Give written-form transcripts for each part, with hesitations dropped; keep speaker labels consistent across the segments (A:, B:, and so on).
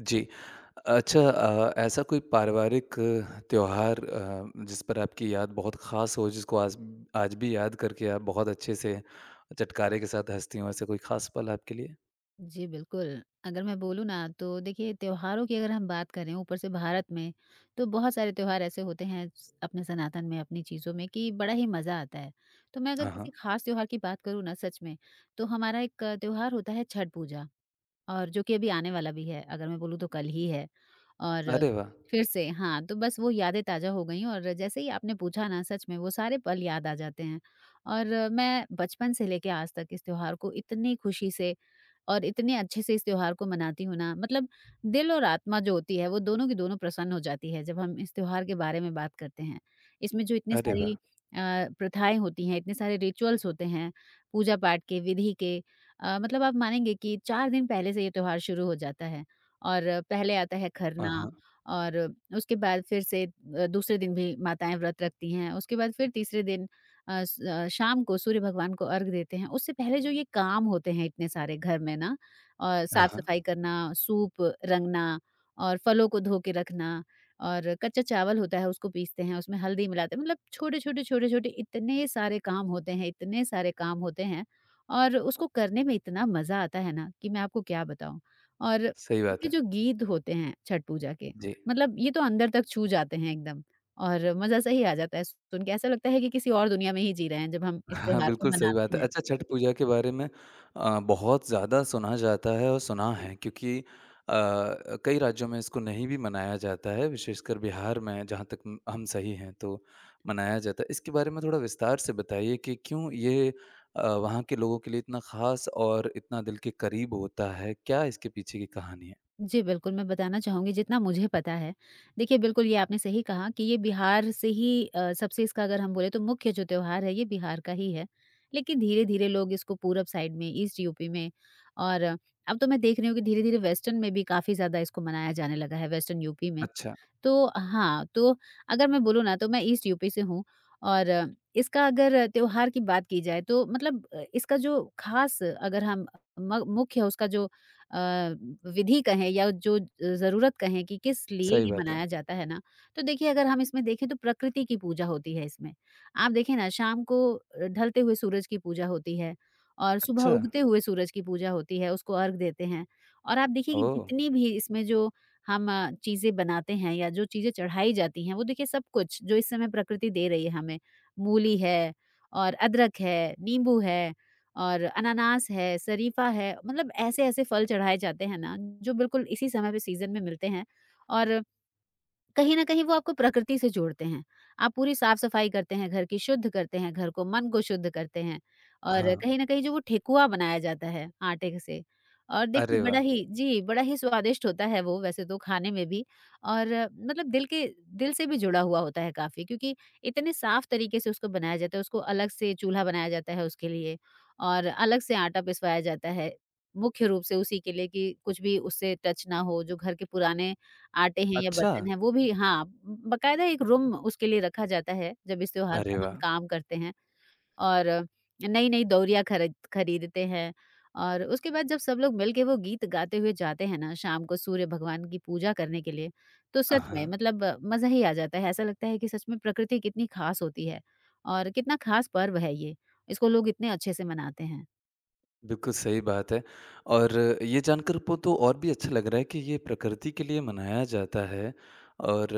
A: जी। अच्छा ऐसा कोई पारिवारिक त्योहार जिस पर आपकी याद बहुत ख़ास हो, जिसको आज आज भी याद करके आप बहुत अच्छे से चटकारे के साथ हँसती हों, ऐसा कोई ख़ास पल आपके लिए?
B: जी, बिल्कुल। अगर मैं बोलूँ ना तो देखिए, त्योहारों की अगर हम बात करें ऊपर से भारत में, तो बहुत सारे त्योहार ऐसे होते हैं स अपने सनातन में, अपनी चीज़ों में कि बड़ा ही मज़ा आता है। तो मैं अगर
A: हाँ,
B: किसी
A: हाँ।
B: ख़ास त्योहार की बात करूँ ना सच में, तो हमारा एक त्योहार होता है, छठ पूजा, और जो कि अभी आने वाला भी है, अगर मैं बोलूँ तो कल ही है। और
A: अरे वाह!
B: फिर से हाँ, तो बस वो यादें ताज़ा हो गईं, और जैसे ही आपने पूछा ना, सच में वो सारे पल याद आ जाते हैं। और मैं बचपन से लेके आज तक इस त्योहार को इतनी खुशी से और इतने अच्छे से इस त्योहार को मनाती हूँ ना, मतलब दिल और आत्मा जो होती है, वो दोनों की दोनों प्रसन्न हो जाती है जब हम इस त्योहार के बारे में बात करते हैं। इसमें जो इतनी
A: अरे
B: सारी
A: वाह!
B: प्रथाएँ होती हैं, इतने सारे रिचुअल्स होते हैं, पूजा पाठ के, विधि के, मतलब आप मानेंगे कि 4 दिन पहले से ये त्योहार शुरू हो जाता है। और पहले आता है
A: हाँ,
B: खरना,
A: हाँ।
B: और उसके बाद फिर से दूसरे दिन भी माताएँ व्रत रखती हैं, उसके बाद फिर तीसरे दिन शाम को सूर्य भगवान को अर्घ देते हैं। उससे पहले जो ये काम होते हैं इतने सारे घर में ना, और हुँ।
A: हाँ, हाँ।
B: साफ-सफाई करना, सूप रंगना और फलों को धो के रखना, और कच्चा चावल होता है, उसको पीसते हैं, उसमें हल्दी मिलाते हैं, मतलब छोटे-छोटे, छोटे-छोटे इतने सारे काम होते हैं, इतने सारे काम होते हैं, और उसको करने में इतना मज़ा आता है ना, कि मैं आपको क्या बताऊँ। और
A: सही बात
B: इसके
A: है।
B: जो गीत होते हैं छठ पूजा के,
A: जी।
B: मतलब ये तो अंदर तक छू जाते हैं एकदम। और मज़ा सा ही आ जाता है सुन के, ऐसा लगता है कि किसी और दुनिया में ही जी रहे हैं जब हम इस
A: हाँ,
B: त्योहार को
A: बिल्कुल सही
B: मनाते
A: बात है।
B: हैं।
A: अच्छा, छठ पूजा के बारे में बहुत ज़्यादा सुना जाता है और सुना
B: जी।
A: है क्योंकि कई राज्यों में इसको नहीं भी मनाया जाता है, विशेषकर बिहार में जहाँ तक म हम सही हैं तो मनाया जाता है। इसके बारे में थोड़ा विस्तार से बताइए कि क्यों ये वहाँ के लोगों के लिए इतना ख़ास और इतना दिल के करीब होता है? क्या इसके पीछे की कहानी है?
B: जी, बिल्कुल, मैं बताना चाहूँगी जितना मुझे पता है। देखिए, बिल्कुल ये आपने सही कहा कि ये बिहार से ही सबसे, इसका अगर हम बोले तो मुख्य जो त्योहार है, ये बिहार का ही है। लेकिन धीरे-धीरे लोग इसको पूरब साइड में, ईस्ट यूपी में, और अब तो मैं देख रही हूँ कि धीरे-धीरे वेस्टर्न में भी काफ़ी ज़्यादा इसको मनाया जाने लगा है, वेस्टर्न यूपी में।
A: अच्छा।
B: तो हाँ, तो अगर मैं बोलूँ ना, तो मैं ईस्ट यूपी से हूँ, और इसका अगर त्योहार की बात की जाए, तो मतलब इसका जो ख़ास, अगर हम म मुख्य उसका जो विधि कहें, या जो ज़रूरत कहें कि किस लिए
A: सही
B: ये
A: बात है।
B: मनाया जाता है ना, तो देखिए अगर हम इसमें देखें, तो प्रकृति की पूजा होती है इसमें। आप देखें ना, शाम को ढलते हुए सूरज की पूजा होती है, और सुबह
A: अच्छा।
B: उगते हुए सूरज की पूजा होती है, उसको अर्घ देते हैं। और आप देखिए कि
A: ओह!
B: जितनी भी इसमें जो हम चीज़ें बनाते हैं, या जो चीज़ें चढ़ाई जाती हैं, वो देखिए सब कुछ जो इस समय प्रकृति दे रही है हमें, मूली है और अदरक है, नींबू है और अनानास है, शरीफा है, मतलब ऐसे-ऐसे फल चढ़ाए जाते हैं ना, जो बिल्कुल इसी समय पे सीज़न में मिलते हैं, और कहीं न कहीं वो आपको प्रकृति से जोड़ते हैं। आप पूरी साफ-सफाई करते हैं, घर की शुद्ध करते हैं, घर को, मन को शुद्ध करते हैं, और
A: हाँ।
B: कहीं न कहीं जो वो ठेकुआ बनाया जाता है आटे से, और देखिए
A: अरे
B: बड़ा
A: वाह!
B: ही, जी, बड़ा ही स्वादिष्ट होता है वो वैसे तो खाने में भी, और मतलब दिल के, दिल से भी जुड़ा हुआ होता है काफ़ी, क्योंकि इतने साफ तरीके से उसको बनाया जाता है, उसको अलग से चूल्हा बनाया जाता है उसके लिए, और अलग से आटा पिसवाया जाता है। मुख्य रूप से उसी के लिए कि कुछ भी उससे टच ना हो, जो घर के पुराने आटे हैं या
A: अच्छा।
B: बर्तन हैं, वो भी, हाँ, बाकायदा एक रूम उसके लिए रखा जाता है, जब इस त्योहार
A: अरे
B: का हम
A: वाह!
B: काम करते हैं, और नई-नई दौरियाँ खरीदते हैं, और उसके बाद जब सब लोग मिलके वो गीत गाते हुए जाते हैं ना, शाम को सूर्य भगवान की पूजा करने के लिए, तो सच में,
A: हाँ।
B: मतलब मज़ा ही आ जाता है। ऐसा लगता है कि सच में प्रकृति कितनी ख़ास होती है, और कितना ख़ास पर्व है ये, इसको लोग इतने अच्छे से मनाते हैं।
A: बिल्कुल सही बात है। और ये जानकर पो तो और भी अच्छा लग रहा है कि ये प्रकृति के लिए मनाया जाता है। और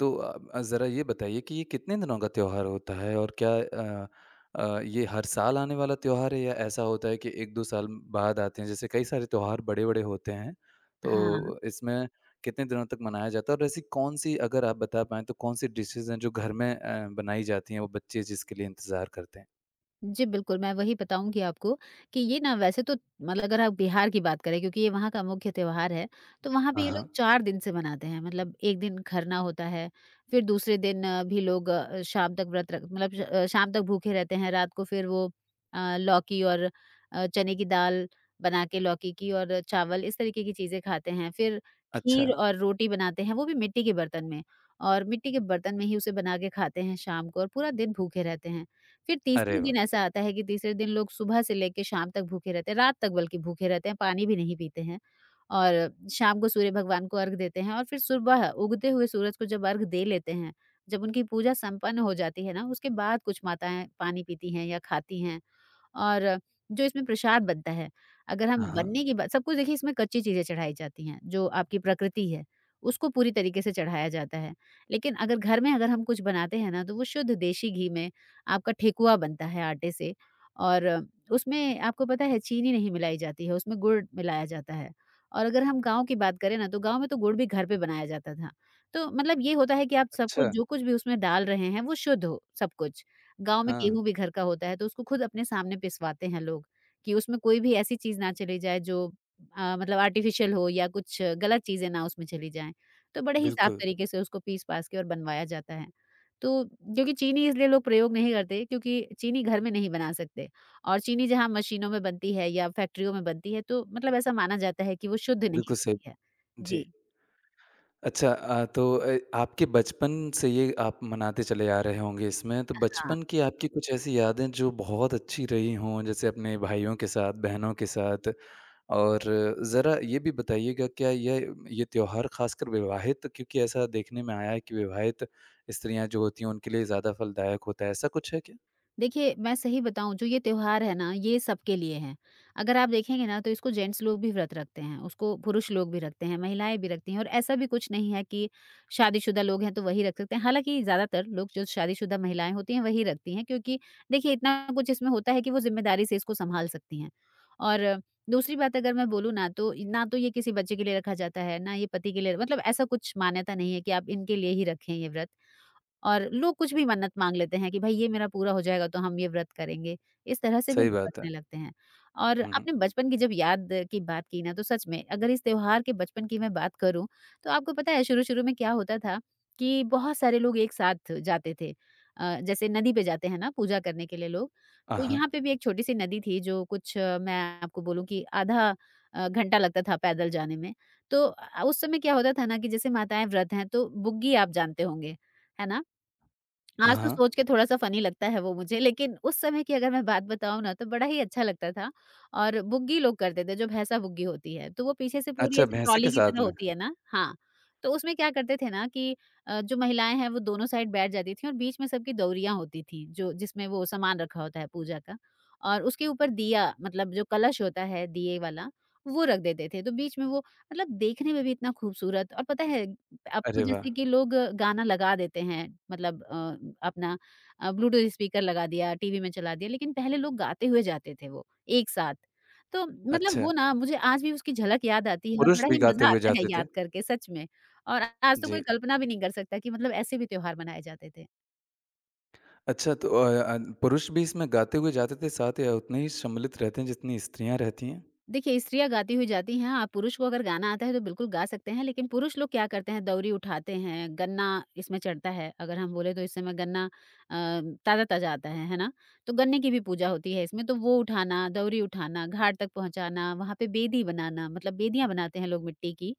A: तो ज़रा ये बताइए कि ये कितने दिनों का त्योहार होता है और क्या अ, ये हर साल आने वाला त्योहार है या ऐसा होता है कि 1-2 साल बाद आते हैं? जैसे कई सारे त्योहार बड़े-बड़े होते हैं,
B: हाँ।
A: तो इसमें कितने दिनों तक मनाया जाता है? और ऐसी कौन-सी अगर आप बता पाएँ तो कौन-सी डिशेज़ हैं जो घर में बनाई जाती हैं, वो बच्चे जिसके लिए इंतज़ार करते हैं?
B: जी, बिल्कुल, मैं वही बताऊँगी आपको, कि ये ना वैसे तो, मतलब अगर आप बिहार की बात करें, क्योंकि ये वहाँ का मुख्य त्योहार है, तो वहाँ पे
A: हाँ,
B: ये लोग
A: हाँ।
B: 4 दिन से मनाते हैं। मतलब 1 दिन खरना होता है, फिर दूसरे दिन भी लोग शाम तक व्रत रख, मतलब शाम तक भूखे रहते हैं। रात को फिर वो लौकी और चने की दाल बना के, लौकी की और चावल इस तरीके की चीज़ें खाते हैं। फिर खीर
A: अच्छा।
B: और रोटी बनाते हैं, वो भी मिट्टी के बर्तन में, और मिट्टी के बर्तन में ही उसे बना के खाते हैं शाम को, और पूरा दिन भूखे रहते हैं। फिर
A: अरे
B: तीसरे
A: वाह!
B: दिन ऐसा आता है कि तीसरे दिन लोग सुबह से लेके शाम तक भूखे रहते हैं, रात तक बल्कि भूखे रहते हैं, पानी भी नहीं पीते हैं, और शाम को सूर्य भगवान को अर्घ देते हैं, और फिर सुबह उगते हुए सूरज को जब अर्घ दे लेते हैं, जब उनकी पूजा संपन्न हो जाती है ना, उसके बाद कुछ माताएँ पानी पीती हैं या खाती हैं। और जो इसमें प्रसाद बनता है, अगर हम
A: हाँ, हाँ।
B: बनने की बात, सब कुछ देखिए इसमें कच्ची चीज़ें चढ़ाई जाती हैं, जो आपकी प्रकृति है, उसको पूरी तरीके से चढ़ाया जाता है। लेकिन अगर घर में, अगर हम कुछ बनाते हैं ना, तो वो शुद्ध देशी घी में आपका ठेकुआ बनता है आटे से, और उसमें आपको पता है चीनी नहीं मिलाई जाती है, उसमें गुड़ मिलाया जाता है। और अगर हम गाँव की बात करें ना, तो गाँव में तो गुड़ भी घर पे बनाया जाता था। तो मतलब ये होता है कि आप सब
A: अच्छा।
B: कुछ जो कुछ भी उसमें डाल रहे हैं, वो शुद्ध हो, सब कुछ। गाँव में
A: हाँ,
B: गेहूँ भी घर का होता है, तो उसको खुद अपने सामने पिसवाते हैं लोग, कि उसमें कोई भी ऐसी चीज़ ना चली जाए जो मतलब आर्टिफ़िशियल हो, या कुछ गलत चीज़ें ना उसमें चली जाएँ। तो बड़े ही साफ
A: बिल्कुल।
B: तरीके से उसको पीस-पास के, और बनवाया जाता है। तो क्योंकि चीनी इसलिए लोग प्रयोग नहीं करते, क्योंकि चीनी घर में नहीं बना सकते, और चीनी जहाँ मशीनों में बनती है या फैक्ट्रियों में बनती है, तो मतलब ऐसा माना जाता है कि वो शुद्ध नहीं
A: बिल्कुल सही।
B: होती है।
A: जी।
B: जी,
A: अच्छा, आपके बचपन से ये आप मनाते चले आ रहे होंगे इसमें, तो
B: हाँ।
A: बचपन की आपकी कुछ ऐसी यादें जो बहुत अच्छी रही हों, जैसे अपने भाइयों के साथ, बहनों के साथ? और ज़रा ये भी बताइएगा क्या यह ये त्योहार ख़ासकर विवाहित, क्योंकि ऐसा देखने में आया है कि विवाहित स्त्रियाँ जो होती हैं, उनके लिए ज़्यादा फलदायक होता है, ऐसा कुछ है क्या?
B: देखिए, मैं सही बताऊँ, जो ये त्योहार है ना, ये सबके लिए है। अगर आप देखेंगे ना, तो इसको जेंट्स लोग भी व्रत रखते हैं, उसको पुरुष लोग भी रखते हैं, महिलाएँ भी रखती हैं, और ऐसा भी कुछ नहीं है कि शादीशुदा लोग हैं तो वही रख सकते हैं। हालाँकि ज़्यादातर लोग जो शादीशुदा महिलाएँ होती हैं वही रखती हैं, क्योंकि देखिए इतना कुछ इसमें होता है कि वो ज़िम्मेदारी से इसको सँभाल सकती हैं। और दूसरी बात अगर मैं बोलूँ ना, तो ना तो ये किसी बच्चे के लिए रखा जाता है, ना ये पति के लिए, मतलब ऐसा कुछ मान्यता नहीं है कि आप इनके लिए ही रखें ये व्रत। और लोग कुछ भी मन्नत माँग लेते हैं कि भाई, ये मेरा पूरा हो जाएगा तो हम ये व्रत करेंगे, इस तरह से भी
A: सही
B: लोग
A: बात है।
B: रखने लगते हैं। और
A: हुँ, हुँ।
B: आपने बचपन की जब याद की बात की ना, तो सच में, अगर इस त्योहार के बचपन की मैं बात करूँ, तो आपको पता है शुरू-शुरू में क्या होता था, कि बहुत सारे लोग एक साथ जाते थे। जैसे नदी पे जाते हैं ना पूजा करने के लिए लोग, तो
A: हाँ।
B: यहाँ पे भी एक छोटी-सी नदी थी, जो कुछ, मैं आपको बोलूँ, कि आधा घंटा लगता था पैदल जाने में। तो उस समय क्या होता था ना, कि जैसे माताएँ व्रत हैं तो बुग्गी, आप जानते होंगे, है ना? आज तो
A: हाँ।
B: सोच के थोड़ा-सा फ़नी लगता है वो मुझे, लेकिन उस समय की अगर मैं बात बताऊँ ना, तो बड़ा ही अच्छा लगता था। और बुग्गी लोग करते थे, जो भैंसा बुग्गी होती है, तो वो पीछे से पूरी
A: अच्छा,
B: ऐसे
A: भैंसे
B: ट्रॉली
A: के
B: की
A: साथ
B: तरह
A: में?
B: होती है ना। हाँ, तो उसमें क्या करते थे ना कि जो महिलाएँ हैं, वो दोनों साइड बैठ जाती थीं और बीच में सबकी दौरियाँ होती थीं, जो जिसमें वो सामान रखा होता है पूजा का। और उसके ऊपर दिया मतलब जो कलश होता है, दिए वाला, वो रख देते थे, तो बीच में वो मतलब देखने में भी इतना खूबसूरत। और पता है अब तो
A: अरे वाह!
B: जैसे कि लोग गाना लगा देते हैं, मतलब अपना ब्लूटूथ स्पीकर लगा दिया, टीवी में चला दिया, लेकिन पहले लोग गाते हुए जाते थे वो एक साथ। तो मतलब
A: अच्छा।
B: वो ना मुझे आज भी उसकी झलक याद आती है और
A: पुरुष
B: बड़ा ही
A: भी गाते
B: मज़ा
A: हुए
B: आता है
A: जाते थे?
B: याद करके सच में। और आज तो कोई
A: जी।
B: कल्पना भी नहीं कर सकता कि मतलब ऐसे भी त्योहार मनाए जाते थे।
A: अच्छा, पुरुष भी इसमें गाते हुए जाते थे साथ या उतने ही सम्मिलित रहते हैं जितनी स्त्रियाँ रहती हैं?
B: देखिए, स्त्रियाँ गाती हुई जाती हैं, आप पुरुष को अगर गाना आता है तो बिल्कुल गा सकते हैं, लेकिन पुरुष लोग क्या करते हैं दउरी उठाते हैं, गन्ना इसमें चढ़ता है, अगर हम बोले तो इस समय गन्ना ताज़ा-ताज़ा आता है ना? तो गन्ने की भी पूजा होती है इसमें, तो वो उठाना, दउरी उठाना, घाट तक पहुँचाना, वहाँ पे बेदी बनाना मतलब बेदियाँ बनाते हैं लोग मिट्टी की।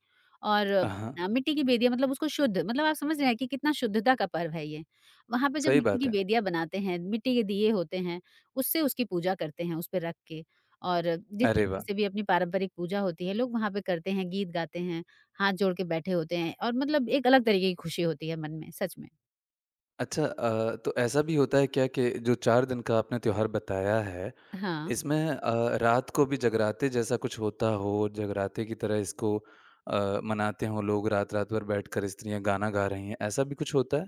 B: और
A: हाँ,
B: मिट्टी की बेदियाँ मतलब उसको शुद्ध मतलब आप समझ रहे हैं कि कितना शुद्धता का पर्व है ये। वहाँ पे जब
A: सही
B: मिट्टी
A: बात
B: की
A: है।
B: बेदियाँ बनाते हैं, मिट्टी के दिए होते हैं, उससे उसकी पूजा करते हैं, उस पे रख के। और जिस
A: अरे
B: तरीके
A: वाह!
B: से भी अपनी पारंपरिक पूजा होती है, लोग वहाँ पे करते हैं, गीत गाते हैं, हाथ जोड़ के बैठे होते हैं और मतलब एक अलग तरीके की खुशी होती है मन में, सच में।
A: अच्छा, तो ऐसा भी होता है क्या कि जो 4 दिन का आपने त्योहार बताया है,
B: हाँ।
A: इसमें रात को भी जगराते जैसा कुछ होता हो, जगराते की तरह इसको मनाते हों लोग, रात-रात भर बैठकर स्त्रियाँ गाना गा रही हैं, ऐसा भी कुछ होता है?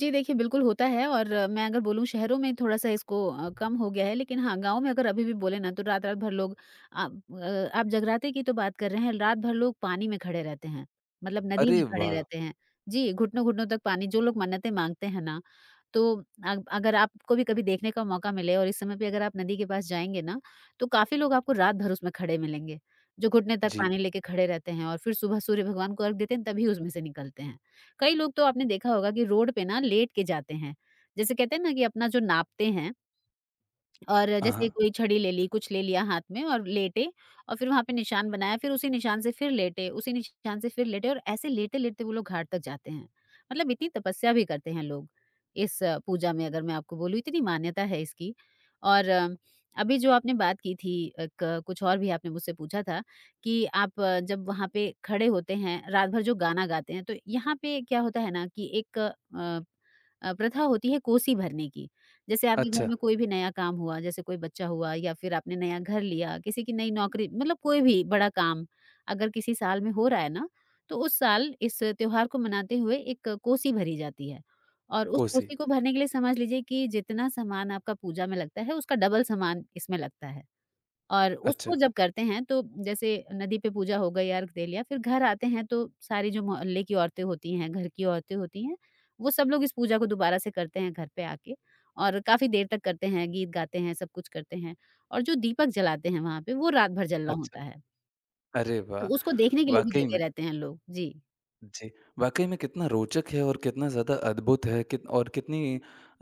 B: जी देखिए, बिल्कुल होता है और मैं अगर बोलूँ शहरों में थोड़ा-सा इसको कम हो गया है, लेकिन हाँ, गाँव में अगर अभी भी बोले ना तो रात-रात भर लोग आप आप जगराते की तो बात कर रहे हैं, रात भर लोग पानी में खड़े रहते हैं, मतलब नदी में
A: अरे
B: खड़े
A: वाह!
B: रहते हैं। जी, घुटनों-घुटनों तक पानी जो लोग मन्नतें माँगते हैं ना, तो अग अगर आपको भी कभी देखने का मौका मिले और इस समय पे अगर आप नदी के पास जाएँगे ना, तो काफ़ी लोग आपको रात भर उसमें खड़े मिलेंगे, जो घुटने तक
A: जी।
B: पानी लेके खड़े रहते हैं और फिर सुबह सूर्य भगवान को अर्घ देते हैं, तभी उसमें से निकलते हैं। कई लोग तो आपने देखा होगा कि रोड पे ना लेट के जाते हैं। जैसे कहते हैं ना कि अपना जो नापते हैं और जैसे
A: हाँ।
B: कोई छड़ी ले ली, कुछ ले लिया हाथ में और लेटे और फिर वहाँ पे निशान बनाया, फिर उसी निशान से फिर लेटे, उसी निशान से फिर लेटे, और ऐसे लेटे-लेटे वो लोग घाट तक जाते हैं। मतलब इतनी तपस्या भी करते हैं लोग, इस पूजा में अगर मैं आपको बोलूँ, इतनी मान्यता है इसकी। और अभी जो आपने बात की थी, एक कुछ और भी आपने मुझसे पूछा था कि आप जब वहाँ पे खड़े होते हैं, रात भर जो गाना गाते हैं, तो यहाँ पे क्या होता है ना कि एक प्रथा होती है कोसी भरने की। जैसे आपके घर
A: अच्छा,
B: में कोई भी नया काम हुआ, जैसे कोई बच्चा हुआ या फिर आपने नया घर लिया, किसी की नई नौकरी मतलब कोई भी बड़ा काम अगर किसी साल में हो रहा है ना, तो उस साल इस त्योहार को मनाते हुए एक कोसी भरी जाती है। और उस
A: कोसी।
B: कोसी को भरने के लिए समझ लीजिए कि जितना सामान आपका पूजा में लगता है, उसका डबल सामान इसमें लगता है। और
A: अच्छा।
B: उसको जब करते हैं तो जैसे नदी पे पूजा हो गई, अर्घ दे लिया, फिर घर आते हैं तो सारी जो मोहल्ले की औरतें होती हैं, घर की औरतें होती हैं, वो सब लोग इस पूजा को दोबारा से करते हैं घर पे आके और काफ़ी देर तक करते हैं, गीत गाते हैं, सब कुछ करते हैं और जो दीपक जलाते हैं वहाँ पे, वो रात भर जलना
A: अच्छा।
B: होता है।
A: अरे
B: तो
A: वाह!
B: उसको देखने के लिए भी
A: वाक़ई
B: जगे
A: में।
B: रहते हैं लोग। जी।
A: जी, वाक़ई में कितना रोचक है और कितना ज़्यादा अद्भुत है कितनी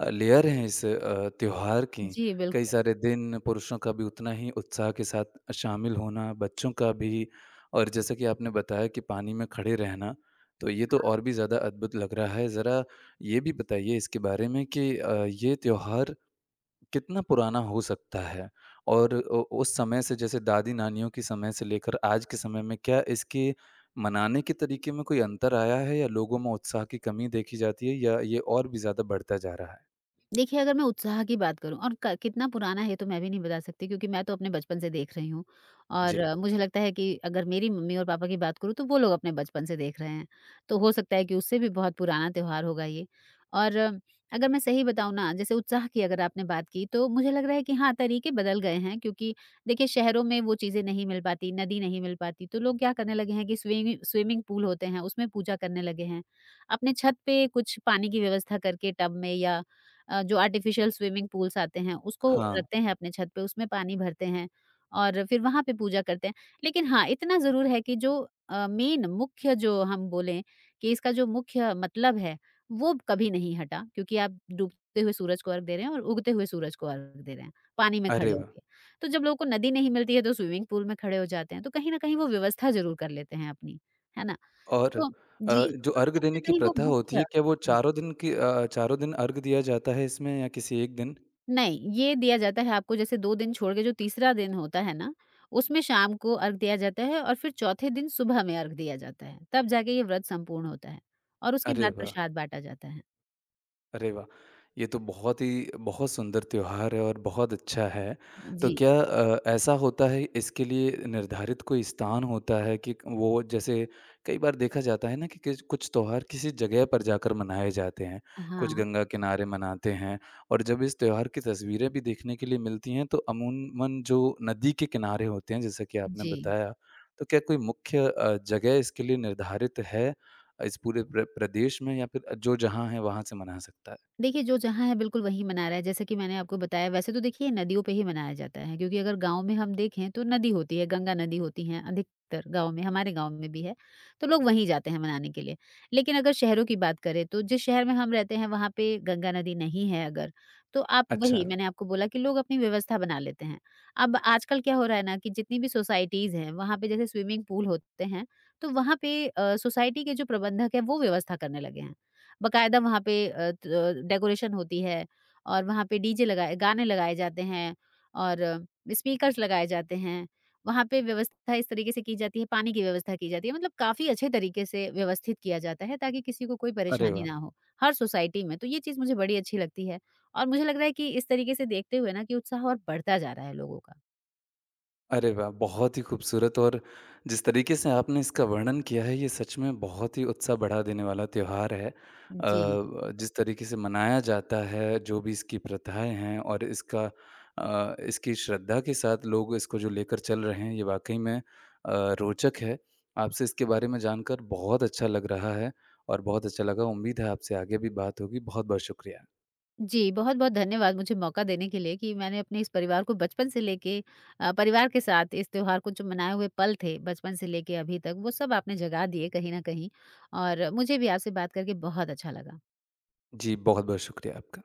A: लेयर हैं इस त्योहार की।
B: जी,
A: कई
B: बिल्कुल।
A: सारे दिन, पुरुषों का भी उतना ही उत्साह के साथ शामिल होना, बच्चों का भी, और जैसा कि आपने बताया कि पानी में खड़े रहना, तो ये तो और भी ज़्यादा अद्भुत लग रहा है। ज़रा ये भी बताइए इसके बारे में कि ये त्योहार कितना पुराना हो सकता है? और उ उस समय से जैसे दादी-नानियों के समय से लेकर आज के समय में क्या इसके मनाने के तरीके में कोई अंतर आया है या लोगों में उत्साह की कमी देखी जाती है या ये और भी ज़्यादा बढ़ता जा रहा है?
B: देखिए, अगर मैं उत्साह की बात करूँ और क कितना पुराना है ये, तो मैं भी नहीं बता सकती क्योंकि मैं तो अपने बचपन से देख रही हूँ। और
A: जी।
B: मुझे लगता है कि अगर मेरी मम्मी और पापा की बात करूँ तो वो लोग अपने बचपन से देख रहे हैं। तो हो सकता है कि उससे भी बहुत पुराना त्योहार होगा ये। और अगर मैं सही बताऊँ ना, जैसे उत्साह की अगर आपने बात की तो मुझे लग रहा है कि हाँ, तरीके बदल गए हैं क्योंकि देखिए शहरों में वो चीज़ें नहीं मिल पाती, नदी नहीं मिल पाती, तो लोग क्या करने लगे हैं कि स्विमिंग पूल होते हैं उसमें पूजा करने लगे हैं। अपने छत पे कुछ पानी की व्यवस्था करके टब में या जो आर्टिफ़िशियल स्विमिंग पूल्स आते हैं, उसको
A: हाँ,
B: रखते हैं अपने छत पे, उसमें पानी भरते हैं और फिर वहाँ पे पूजा करते हैं। लेकिन हाँ, इतना ज़रूर है कि जो अ, मेन मुख्य जो हम बोलें कि इसका जो मुख्य मतलब है, वो कभी नहीं हटा क्योंकि आप डूबते हुए सूरज को अर्घ दे रहे हैं और उगते हुए सूरज को अर्घ दे रहे हैं, पानी में खड़े
A: अरे वाह!
B: होके। तो जब लोगों को नदी नहीं मिलती है, तो स्विमिंग पूल में खड़े हो जाते हैं, तो कहीं न कहीं वो व्यवस्था ज़रूर कर लेते हैं अपनी, है ना?
A: और
B: तो
A: अ,
B: जी,
A: जो
B: तो
A: अर्घ
B: कहीं न
A: देने की
B: कहीं वो
A: प्रथा
B: मुख्य।
A: होती
B: जी।
A: है, क्या वो चारों दिन की चारों दिन अर्घ दिया जाता है इसमें या किसी एक दिन?
B: नहीं, ये दिया जाता है आपको जैसे 2 दिन छोड़ के जो तीसरा दिन होता है ना, उसमें शाम को अर्घ दिया जाता है और फिर चौथे दिन सुबह में अर्घ दिया जाता है। तब जाके ये व्रत संपूर्ण होता है और उसके
A: अरे
B: बाद
A: वाह!
B: प्रसाद बाँटा जाता है।
A: अरे वाह! ये तो बहुत ही बहुत सुंदर त्योहार है और बहुत अच्छा है। तो
B: जी।
A: क्या ऐसा होता है इसके लिए निर्धारित कोई स्थान होता है कि वो, जैसे कई बार देखा जाता है ना कि किस कुछ त्योहार किसी जगह पर जाकर मनाए जाते हैं, कुछ
B: हाँ,
A: गंगा किनारे मनाते हैं, और जब इस त्योहार की तस्वीरें भी देखने के लिए मिलती हैं तो अमूमन जो नदी के किनारे होते हैं, जैसा कि आपने
B: जी।
A: बताया, तो क्या कोई मुख्य जगह इसके लिए निर्धारित है इस पूरे प्रदेश में या फिर जो जहाँ है वहाँ से मना सकता है?
B: देखिए, जो जहाँ है बिल्कुल वहीं मना रहा है, जैसे कि मैंने आपको बताया। वैसे तो देखिए नदियों पे ही मनाया जाता है क्योंकि अगर गाँव में हम देखें तो नदी होती है, गंगा नदी होती हैं अधिकतर गाँव में, हमारे गाँव में भी है, तो लोग वहीं जाते हैं मनाने के लिए। लेकिन अगर शहरों की बात करें तो जिस शहर में हम रहते हैं वहाँ पे गंगा नदी नहीं है अगर, तो आप
A: अच्छा।
B: वही मैंने आपको बोला कि लोग अपनी व्यवस्था बना लेते हैं। अब आजकल क्या हो रहा है ना कि जितनी भी सोसाइटीज़ हैं, वहाँ पे जैसे स्विमिंग पूल होते हैं, तो वहाँ पे सोसाइटी के जो प्रबंधक हैं वो व्यवस्था करने लगे हैं। बकायदा वहाँ पे अ, त डेकोरेशन होती है और वहाँ पे डीजे लगाए, गाने लगाए जाते हैं और स्पीकर्स लगाए जाते हैं। वहाँ पे व्यवस्था इस तरीके से की जाती है, पानी की व्यवस्था की जाती है। मतलब काफ़ी अच्छे तरीके से व्यवस्थित किया जाता है ताकि किसी को कोई
A: अरे
B: परेशानी
A: वाह!
B: ना हो, हर सोसाइटी में। तो ये चीज़ मुझे बड़ी अच्छी लगती है और मुझे लग रहा है कि इस तरीके से देखते हुए ना कि उत्साह और बढ़ता जा रहा है लोगों का।
A: अरे वाह! बहुत ही खूबसूरत। और जिस तरीके से आपने इसका वर्णन किया है, ये सच में बहुत ही उत्साह बढ़ा देने वाला त्योहार है।
B: जी।
A: जिस तरीके से मनाया जाता है, जो भी इसकी प्रथाएँ हैं और इसका इसकी श्रद्धा के साथ लोग इसको जो लेकर चल रहे हैं, ये वाक़ई में रोचक है। आपसे इसके बारे में जानकर बहुत अच्छा लग रहा है और बहुत अच्छा लगा। उम्मीद है आपसे आगे भी बात होगी। बहुत-बहुत शुक्रिया।
B: जी, बहुत-बहुत धन्यवाद मुझे मौका देने के लिए कि मैंने अपने इस परिवार को बचपन से लेके परिवार के साथ इस त्योहार को जो मनाए हुए पल थे, बचपन से लेके अभी तक, वो सब आपने जगा दिए कहीं न कहीं और मुझे भी आपसे बात करके बहुत अच्छा लगा।
A: जी, बहुत-बहुत शुक्रिया आपका।